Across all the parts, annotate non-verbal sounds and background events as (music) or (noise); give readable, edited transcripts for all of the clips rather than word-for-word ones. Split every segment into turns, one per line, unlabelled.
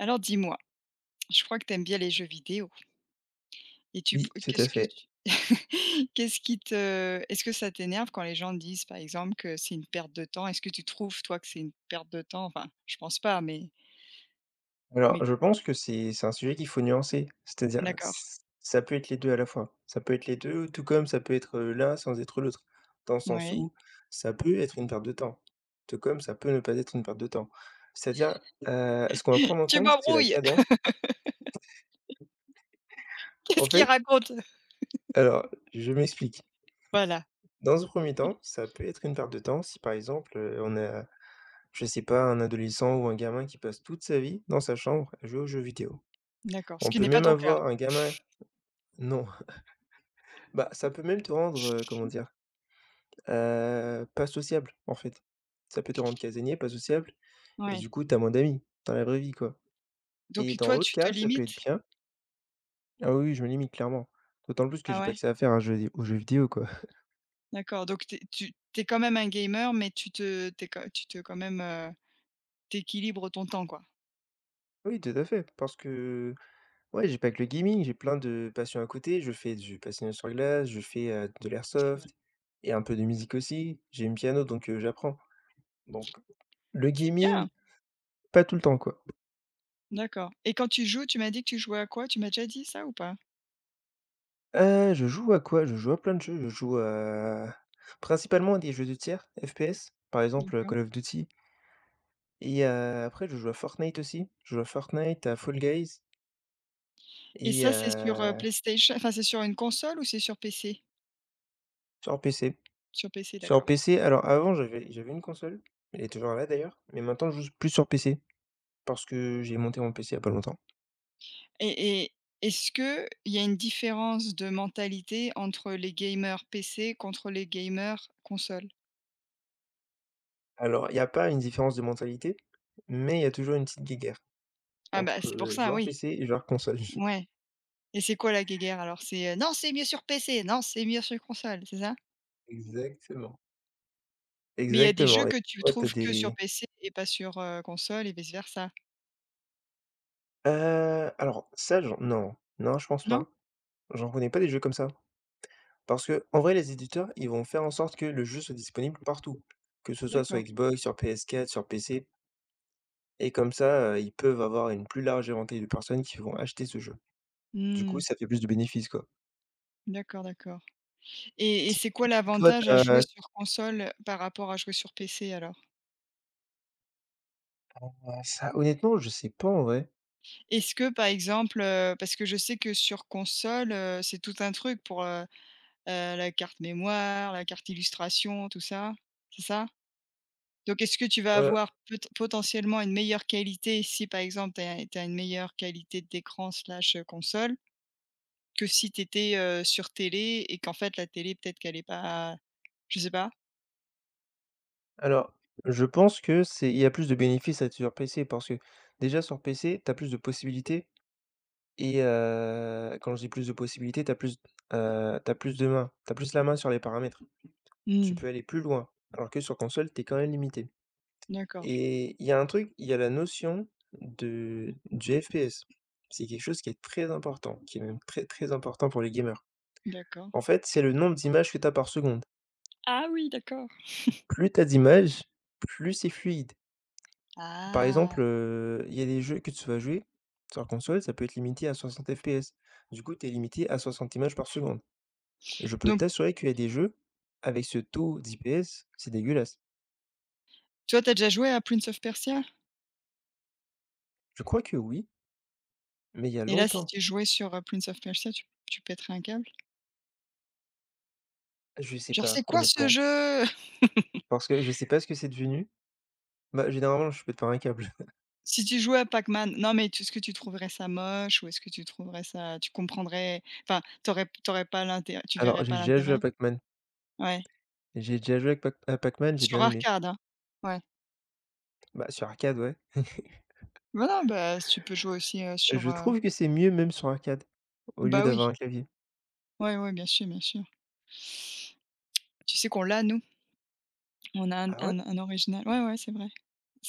Alors dis-moi, je crois que tu aimes bien les jeux vidéo et tu p
Oui, tout à
qu'est-ce que
fait.
tu (laughs) qu'est-ce qui te est-ce que ça t'énerve quand les gens disent, par exemple, que c'est une perte de temps? Est-ce que tu trouves, toi, que c'est une perte de temps? Enfin, je pense pas, mais
Alors,
mais
je pense que c'est un sujet qu'il faut nuancer. C'est-à-dire,
d'accord,
ça peut être les deux à la fois. Ça peut être les deux, tout comme ça peut être l'un sans être l'autre. Dans le sens
ouais.
où ça peut être une perte de temps, tout comme ça peut ne pas être une perte de temps. C'est-à-dire, ce qu'on va prendre en
Tu
compte, c'est la
m'embrouilles!
cadence.
(laughs)
En
Qu'est-ce qu'il
fait,
raconte?
alors, je m'explique.
Voilà,
Dans un premier temps, ça peut être une perte de temps si, par exemple, on a, je sais pas, un adolescent ou un gamin qui passe toute sa vie dans sa chambre à jouer aux jeux vidéo.
d'accord, ce
On
qui
peut
n'est pas
même
ton cas.
avoir un gamin. Non. Bah, ça peut même te rendre, comment dire? Pas sociable, en fait. Ça peut te rendre casanier, pas sociable et
Ouais,
du coup t'as moins d'amis, dans la vraie vie, quoi. Et
donc
dans
toi,
l'autre
tu te
cas, ça peut être
limites?
bien. Ah oui, oui, je me limite clairement. D'autant plus que
Ah
j'ai pas
ouais,
que ça à faire à jeu aux jeux vidéo, quoi.
d'accord, donc tu es quand même un gamer, mais tu te t'es quand tu te quand même, tu ton temps, quoi?
(laughs) Oui, tout à fait, parce que ouais, j'ai pas que le gaming, j'ai plein de passions à côté. Je fais du patinage sur glace, je fais, de
C'est vrai,
l'airsoft et un peu de musique aussi. J'ai une piano, donc j'apprends. Donc le
c'est
gaming,
bien!
pas tout le temps, quoi.
D'accord et quand tu joues, tu m'as dit que tu jouais à quoi? Tu m'as déjà dit ça ou pas?
Je joue à quoi? Je joue à plein de jeux, je joue, principalement à des jeux de tir, FPS, par exemple,
D'accord
Call of Duty et après je joue à Fortnite aussi. Je joue à Fortnite, à Fall Guys
et
et
ça, c'est sur, PlayStation enfin, c'est sur une console ou c'est sur PC?
sur PC.
Sur PC,
Sur
d'accord
PC, alors avant j'avais une console, elle est toujours là d'ailleurs, mais maintenant je joue plus sur PC parce que j'ai monté mon PC il y a pas longtemps.
et est-ce que il y a une différence de mentalité entre les gamers PC contre les gamers console?
Alors il y a pas une différence de mentalité, mais il y a toujours une petite guéguerre
Ah bah,
entre,
c'est pour ça,
joueur
oui.
PC et joueur console.
Ouais et c'est quoi la guéguerre alors? C'est, «Non, c'est mieux sur PC, non, c'est mieux sur console», c'est ça?
(laughs) Exactement,
Mais il y a des jeux
exactement. Et
que tu
toi t'as
trouves que sur
des
PC et pas sur, console et vice versa?
Alors ça, j'en non, non, je pense
Non?
pas. J'en connais pas des jeux comme ça. Parce que en vrai, les éditeurs, ils vont faire en sorte que le jeu soit disponible partout, que ce soit sur
D'accord.
Xbox, sur PS4, sur PC et comme ça, ils peuvent avoir une plus large éventail de personnes qui vont acheter ce jeu. Du coup,
Mmh.
ça fait plus de bénéfices, quoi.
D'accord, d'accord. Et
Si
c'est quoi
si toi,
l'avantage
tu
à jouer
as
sur console par rapport à jouer sur PC alors?
ça honnêtement, je sais pas en vrai.
Est-ce que par exemple, parce que je sais que sur console, c'est tout un truc pour, la carte mémoire, la carte illustration, tout ça, c'est ça? Donc est-ce que tu vas
Heu,
avoir peut potentiellement une meilleure qualité si par exemple tu as une meilleure qualité d'écran slash, console que si tu étais, sur télé et qu'en fait la télé peut-être qu'elle est pas je sais pas?
alors, je pense que c'est il y a plus de bénéfices à être sur PC parce que déjà sur PC, tu as plus de possibilités. Quand je dis plus de possibilités, t'as plus la main sur les paramètres. Tu
Mmh,
peux aller plus loin, alors que sur console, t'es quand même limité.
d'accord,
Et il y a un truc, il y a la notion de du FPS. C'est quelque chose qui est très important, qui est même très, très important pour les gamers.
d'accord.
En fait, c'est le nombre d'images que t'as par seconde.
Ah oui, d'accord.
Plus t'as d'images, plus c'est fluide. Par
Ah!
exemple, il y a des jeux que tu vas jouer sur console, ça peut être limité à 60 FPS. Du coup, t'es limité à 60 images par seconde. Je peux
Donc
t'assurer qu'il y a des jeux, avec ce taux d'IPS, c'est dégueulasse.
toi, t'as déjà joué à Prince of Persia?
Je crois que oui, mais il y a
Et là, si
longtemps.
tu jouais sur, Prince of Persia, tu pèterais un câble?
Je sais
Genre: «C'est
pas,
quoi ce
honnêtement,
jeu?» (laughs)
parce que je sais pas ce que c'est devenu. Bah, généralement, je pète pas un câble. (laughs)
Si tu jouais à Pac-Man, non mais tu est-ce que tu trouverais ça moche ou est-ce que tu trouverais ça tu comprendrais enfin, t'aurais pas l'intérêt tu verrais
Alors, j'ai
pas
déjà joué
l'intérêt?
à Pac-Man.
Ouais.
J'ai déjà joué à Pac-Man, j'ai
Sur
bien aimé.
arcade, hein? Ouais.
Bah, sur arcade, ouais.
Bah, non, bah, si tu peux jouer aussi,
Je trouve que c'est mieux même sur arcade, au lieu
bah, oui.
d'avoir un clavier.
Ouais, ouais, bien sûr, bien sûr. Tu sais qu'on l'a nous? On a un
Ah ouais?
un un original ouais, ouais, c'est vrai.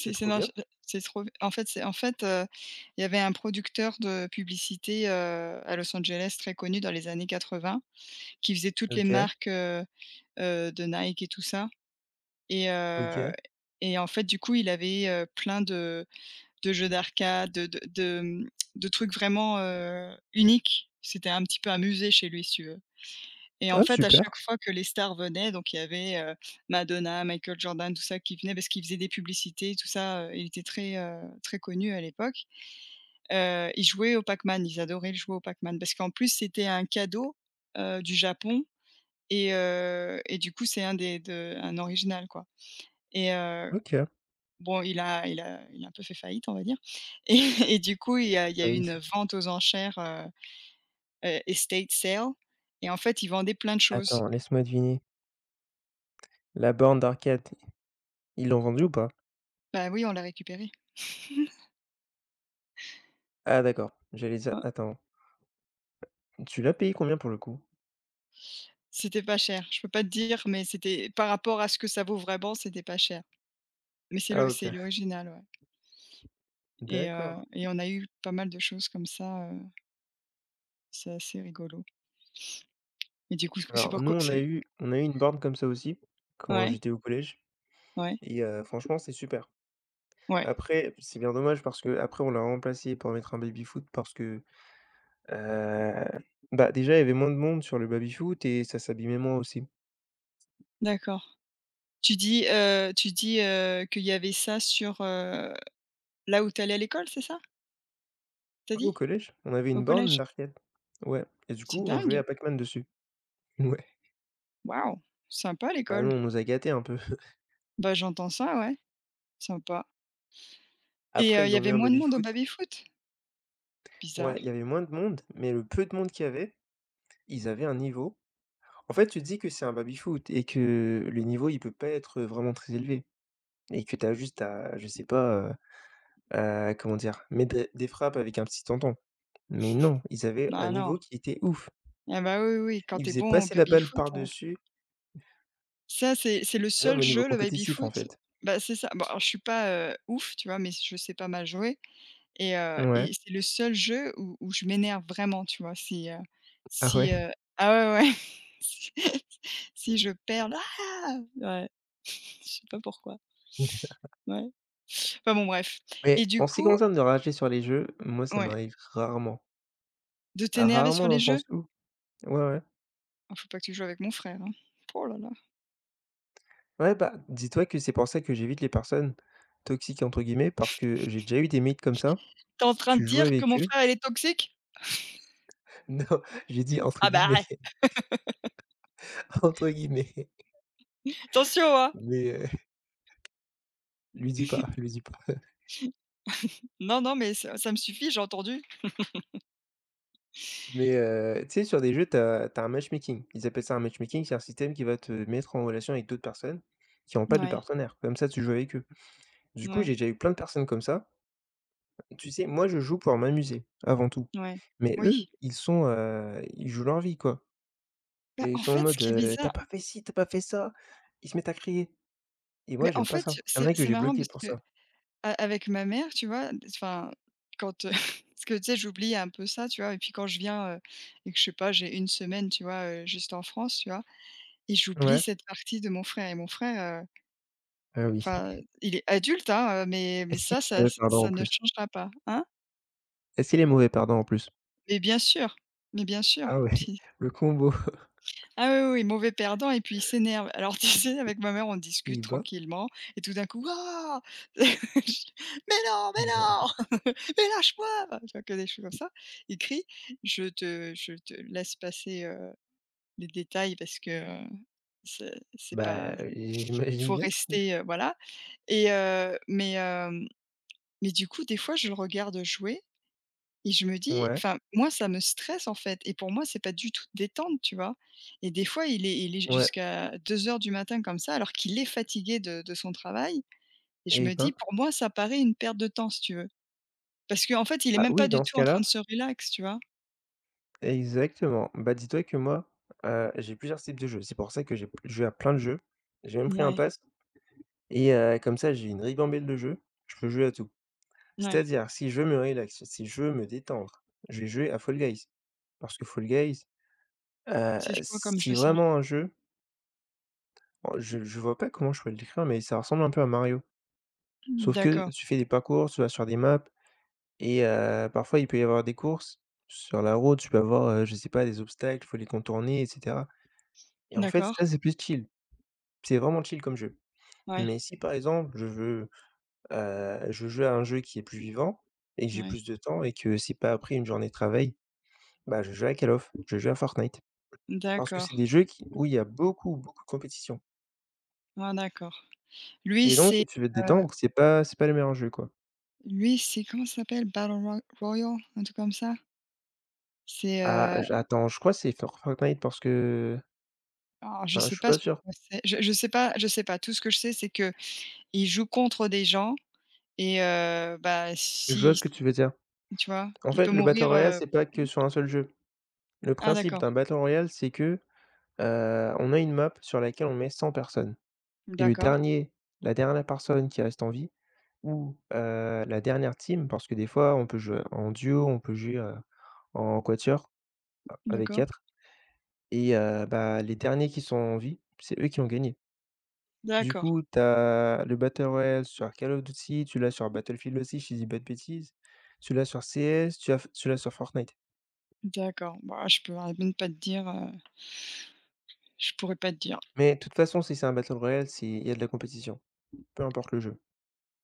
C'est
C'est
trop
non,
bien.
je c'est trop en fait c'est en fait, il y avait un producteur de publicité, à Los Angeles très connu dans les années 80 qui faisait toutes les
OK,
marques, de Nike et tout ça et heu
OK.
et en fait, du coup, il avait, plein de jeux d'arcade, de trucs vraiment, uniques. C'était un petit peu un musée chez lui, si tu veux. Et en
Ah
fait, à
super,
chaque fois que les stars venaient, donc il y avait, Madonna, Michael Jordan, tout ça qui venait parce qu'il faisait des publicités, tout ça, il était très, très connu à l'époque. Ils jouaient au Pac-Man, ils adoraient jouer au Pac-Man parce qu'en plus c'était un cadeau, du Japon et du coup c'est un des de un original quoi et heu,
OK.
bon il a un peu fait faillite on va dire et (laughs) et du coup il y
Ah
a eu
oui.
une vente aux enchères, estate sale et en fait, ils vendaient plein de choses.
Attends, laisse-moi deviner. La borne d'arcade, ils l'ont vendue ou pas?
Bah oui, on l'a récupéré.
Ah d'accord, j'allais dire attends. Tu l'as payé combien pour le coup?
C'était pas cher. Je peux pas te dire, mais c'était par rapport à ce que ça vaut vraiment, c'était pas cher. Mais
Ah OK,
c'est l'original, ouais
d'accord.
et on a eu pas mal de choses comme ça, c'est assez rigolo. Mais du coup, c'est
Alors nous,
pourquoi
on a
c'est
eu on a eu une borne comme ça aussi, quand
ouais,
j'étais au collège
ouais,
et franchement, c'est super.
ouais,
Après, c'est bien dommage parce que après on l'a remplacé pour mettre un baby-foot parce que, heu, bah, déjà, il y avait moins de monde sur le baby-foot et ça s'abîmait moins aussi.
d'accord. Tu dis, qu'il y avait ça sur, là où tu allais à l'école, c'est ça? T'as
Au
dit?
collège, on avait
Au
une borne
collège?
d'arcade. Ouais et du
C'est
coup, on jouait
dingue!
à Pac-Man dessus. Ouais.
Waouh! Sympa
Bah
l'école.
non, on nous a gâtés un peu. (laughs)
Bah, j'entends ça, ouais, sympa et
Après,
il
ils
y
ont mis
avait
un
moins de monde au
baby-foot.
baby-foot?
Ouais,
Bizarre.
il y avait moins de monde, mais le peu de monde qu'il y avait, ils avaient un niveau. En fait, tu dis que c'est un baby-foot et que le niveau, il peut pas être, vraiment très élevé et que tu as juste à, je sais pas, à comment dire? Mettre des frappes avec un petit tonton. Mais non, ils avaient un
Ah non.
niveau qui était ouf.
Ah bah, oui, oui, quand
Ils
tu es
faisaient
bon au
passer la balle
baby-foot,
par-dessus,
ça c'est le
même
seul
au niveau
jeu, le
compétitif, en
baby-foot
fait.
bah, c'est ça. Bon alors je suis pas, ouf, tu vois? Mais je sais pas mal jouer
Ouais.
et c'est le seul jeu où je m'énerve vraiment, tu vois? Si,
Ah
si,
ouais?
ah ouais, ouais, (laughs) si si je perds, ah! Ouais. (laughs) Je sais pas pourquoi.
(laughs)
Ouais. Enfin bon bref et
Mais
du
en ce qui
coup
concerne de rager sur les jeux, moi, ça
ouais,
m'arrive rarement.
de
Ah,
t'énerver sur
rarement dans le
les jeux?
sens où ouais, ouais.
Ah faut pas que tu joues avec mon frère, hein. Oh là là.
Ouais, bah, dis-toi que c'est pour ça que j'évite les personnes «toxiques» entre guillemets parce que j'ai déjà eu des mates comme ça.
Tu es en train de
Tu joues
dire que
avec
mon
eux.
frère il est toxique?
(laughs) Non, j'ai dit entre
Ah bah
guillemets, (laughs) entre guillemets,
Attention, hein!
mais lui dis pas, lui dis pas. (laughs)
Non, non, mais ça me suffit, j'ai entendu.
Mais tu sais, sur des jeux, t'as un matchmaking. Ils appellent ça un matchmaking, c'est un système qui va te mettre en relation avec d'autres personnes qui ont pas de
Ouais,
partenaire. Comme ça, tu joues avec eux. Du coup,
ouais,
j'ai déjà eu plein de personnes comme ça. Tu sais, moi, je joue pour m'amuser avant tout,
ouais.
mais eux,
Oui.
ils sont, ils jouent leur vie, quoi
Bah,
et ils
en
sont en
fait, ce
mode,
qui est
heu: «Tu
bizarre
pas fait ci, t'as pas fait ça». Ils se mettent à crier et
mais
moi,
en
j'aime pas
fait,
ça. Il y en
c'est
a que
c'est
j'ai
marrant
bloqué
parce
pour
qu'a
ça.
avec ma mère, tu vois, enfin, quand, (laughs) parce que, tu sais, j'oublie un peu ça, tu vois? Et puis quand je viens, et que je sais pas, j'ai une semaine, tu vois, juste en France, tu vois? Et j'oublie
Ouais.
cette partie de mon frère et mon frère,
Ah oui.
enfin, il est adulte, hein, mais
Est-ce qu'ils,
ça ça
heu, pardon
ça
en
ne
plus.
changera pas, hein?
Est-ce qu'il est mauvais? Pardon, en plus?
Mais bien sûr, mais bien sûr,
Ah ouais,
si.
(laughs) le combo
Ah oui, oui, oui, mauvais perdant et puis il s'énerve. Alors (laughs) tu sais, avec ma mère, on discute
Pays-Bas.
tranquillement et tout d'un coup: «Waouh!» (laughs) Je «Mais non, mais non!
Bah
(laughs) Mais lâche-moi!» enfin, tu vois? Que des choses comme ça. Il crie, je te laisse passer, les détails parce que, heu, c'est pas
bah, j'imagine
faut
bien.
rester, voilà mais, mais du coup, des fois, je le regarde jouer et je me dis
Ouais,
enfin, moi, ça me stresse, en fait et pour moi, c'est pas du tout détente, tu vois? Et des fois, il est
ouais
jusqu'à 2 heures du matin comme ça, alors qu'il est fatigué de son travail et je
et
me dis:
ben,
«Pour moi, ça paraît une perte de temps», si tu veux. Parce qu'en fait, il est
bah,
même pas
oui,
du
dans ce
tout en train de
cas-là,
se relax, tu vois?
exactement. Bah, dis-toi que moi, j'ai plusieurs types de jeux. C'est pour ça que j'ai je joue à plein de jeux. J'ai même pris un
Ouais,
pass et comme ça, j'ai une ribambelle de jeux. Je peux jouer à tout.
ouais.
C'est-à-dire, si je veux me relax, si je veux me détendre, je vais jouer à Fall Guys. Parce que Fall Guys,
C'est quoi comme jeu
c'est
ça?
vraiment un jeu, oh, je vois pas comment je pourrais le décrire, mais ça ressemble un peu à Mario. Sauf que
D'accord,
tu fais des parcours, tu vas sur des maps et parfois il peut y avoir des courses. Sur la route, tu peux avoir, je sais pas, des obstacles, il faut les contourner et cetera et en fait,
d'accord.
ça, c'est plus chill. C'est vraiment chill comme jeu.
Ouais,
Mais si, par exemple, je veux jouer à un jeu qui est plus vivant et que j'ai
ouais.
plus de temps et que c'est pas après une journée de travail, bah, je joue à Fortnite. Parce que
D'accord.
c'est des jeux qui où il y a beaucoup, beaucoup de compétition
Ah d'accord. Lui,
et donc
c'est
si tu veux te détendre, c'est pas le meilleur jeu quoi.
lui, c'est comment ça s'appelle? Battle Royale? Un truc comme ça? C'est,
Ah, je crois que c'est Fortnite parce que
Alors je
enfin, je
sais
suis
pas
pas
sur
sûr.
quoi c'est. Je sais pas. Tout ce que je sais, c'est que il joue contre des gens bah,
Je vois
si
ce que tu veux dire.
tu vois?
En
Il
fait,
peut
le battle
mourir,
royale, c'est pas que sur un seul jeu. Le
ah
principe
d'accord,
d'un battle royale, c'est que, on a une map sur laquelle on met 100 personnes et le
d'accord,
dernier la dernière personne qui reste en vie ou, la dernière team, parce que des fois on peut jouer en duo, on peut jouer, en quatuor avec
d'accord,
4 et bah, les derniers qui sont en vie, c'est eux qui ont gagné. Du
d'accord,
coup, tu as le battle royale sur Call of Duty, tu l'as sur Battlefield aussi, si je dis pas de bêtises, tu l'as sur CS, tu l'as sur Fortnite.
d'accord. Bah, je peux même pas te dire, je pourrais pas te dire.
Mais de toute façon, si c'est un battle royale, c'est il y a de la compétition, peu importe le jeu.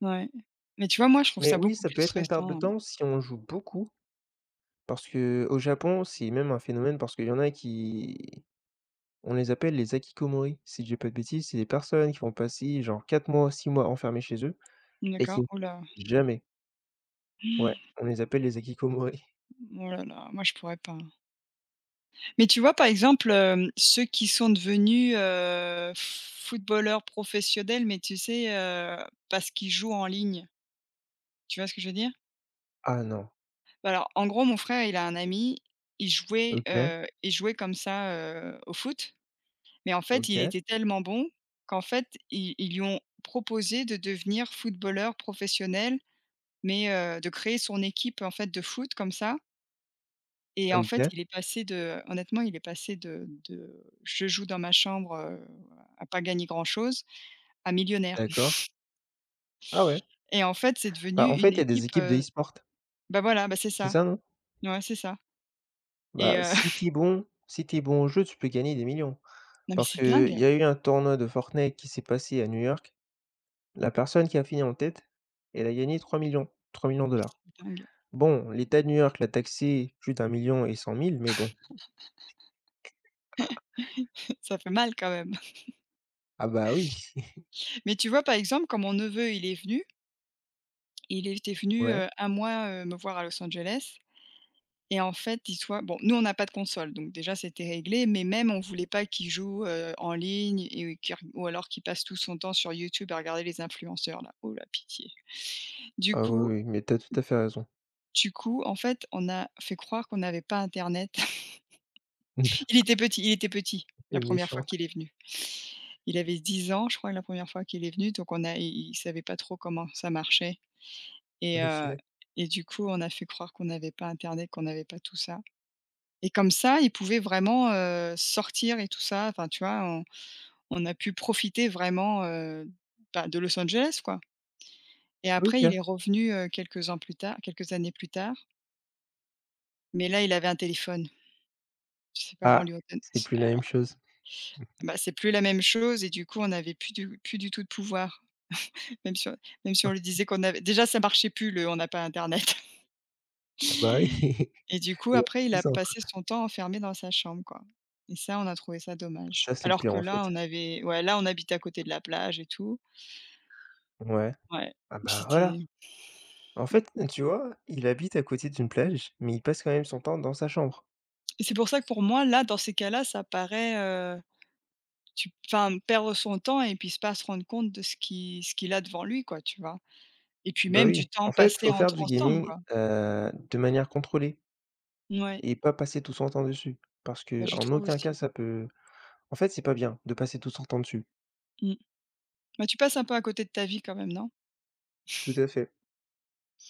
Ouais. Mais tu vois, moi, je trouve
Mais
ça
oui,
beaucoup
ça
plus
peut être une perte de
stressant, hein.
temps si on joue beaucoup, parce que au Japon, c'est même un phénomène parce qu'il y en a qui on les appelle les hikikomori, si je dis pas de bêtises, c'est des personnes qui vont passer genre 4 mois, 6 mois enfermées chez eux et
D'accord.
qui
Oh là!
jamais, ouais, on les appelle les hikikomori. (laughs)
Oh là là, moi, je pourrais pas. Mais tu vois, par exemple, ceux qui sont devenus, footballeurs professionnels, mais tu sais, parce qu'ils jouent en ligne. Tu vois ce que je veux dire?
Ah non,
Bah, alors, en gros, mon frère, il a un ami,
OK,
il jouait comme ça, au foot, mais en fait, il
OK,
était tellement bon qu'en fait, ils lui ont proposé de devenir footballeur professionnel, mais de créer son équipe, en fait, de foot comme ça. Et en fait,
OK,
il est passé de honnêtement, il est passé de «je joue dans ma chambre, à pas gagner grand-chose» à millionnaire.
d'accord. Ah ouais.
Et en fait, c'est devenu
Bah, en
une
fait, il y a
équipe,
des équipes de e-sport,
bah, voilà, bah, c'est
c'est
ça.
ça, non?
Ouais, c'est ça. Et
Bah, si
(laughs)
t'es bon si t'es bon au jeu, tu peux gagner des millions.
non, mais
Parce
c'est
qu'il
dingue,
y a eu un tournoi de Fortnite qui s'est passé à New York. La personne qui a fini en tête, elle a gagné 3 millions, 000, millions de dollars.
c'est dingue.
Bon, l'État de New York l'a taxé plus d'un million et 100 000, mais bon.
(laughs) Ça fait mal quand même.
Ah bah oui.
Mais tu vois, par exemple, quand mon neveu, il est venu, il était venu,
Ouais.
1 mois, me voir à Los Angeles. Et en fait, dis-toi bon, nous, on n'a pas de console, donc déjà, c'était réglé, mais même, on voulait pas qu'il joue, en ligne et qu'il reg ou alors qu'il passe tout son temps sur YouTube à regarder les influenceurs là. Oh la pitié. Du
Ah oui,
coup
oui, mais t'as tout à fait raison.
en fait, on a fait croire qu'on n'avait pas internet. (laughs)
(laughs)
Il était petit
Elle
la
est
première fois
méchante.
qu'il est venu. Il avait 10 ans, je crois, la première fois qu'il est venu, donc on a il savait pas trop comment ça marchait et heu
OK.
et du coup, on a fait croire qu'on n'avait pas internet, qu'on n'avait pas tout ça. Et comme ça, ils pouvaient vraiment, sortir et tout ça. Enfin, tu vois, on a pu profiter vraiment, bah, de Los Angeles, quoi. Et après, il
OK.
est revenu, quelques années plus tard, mais là, il avait un téléphone. Ses parents
Ah,
lui ont donné.
c'est plus la même chose.
Bah, c'est plus la même chose et du coup, on n'avait plus du tout de pouvoir. Même si on même si on lui disait qu'on avait déjà, ça marchait plus le «on n'a pas internet» (laughs)
Ah bah oui, (laughs)
et du coup,
il y a
après, il a
10 ans.
passé son temps enfermé dans sa chambre, quoi et ça, on a trouvé ça dommage.
Ça, c'est le
Alors
pire,
que
en
là,
fait.
on avait ouais, là, on habitait à côté de la plage et tout
Ouais.
Ouais,
Ah bah voilà.
c'était
En fait, tu vois, il habite à côté d'une plage, mais il passe quand même son temps dans sa chambre.
et c'est pour ça que pour moi, là, dans ces cas-là, ça paraît, tu enfin, perdre son temps et puis s pas se rendre compte de ce qui ce qu'il a devant lui, quoi, tu vois? Et puis
Bah,
même du
oui,
temps
en fait,
passé
faut faire
entre
du
ensemble,
gaming,
quoi.
de manière contrôlée
Ouais
et pas passer tout son temps dessus parce
bah,
que
je
en
trouve
aucun cas
aussi.
ça peut en fait, c'est pas bien de passer tout son temps dessus.
Mmh. Bah, tu passes un peu à côté de ta vie quand même, non?
Tout à fait.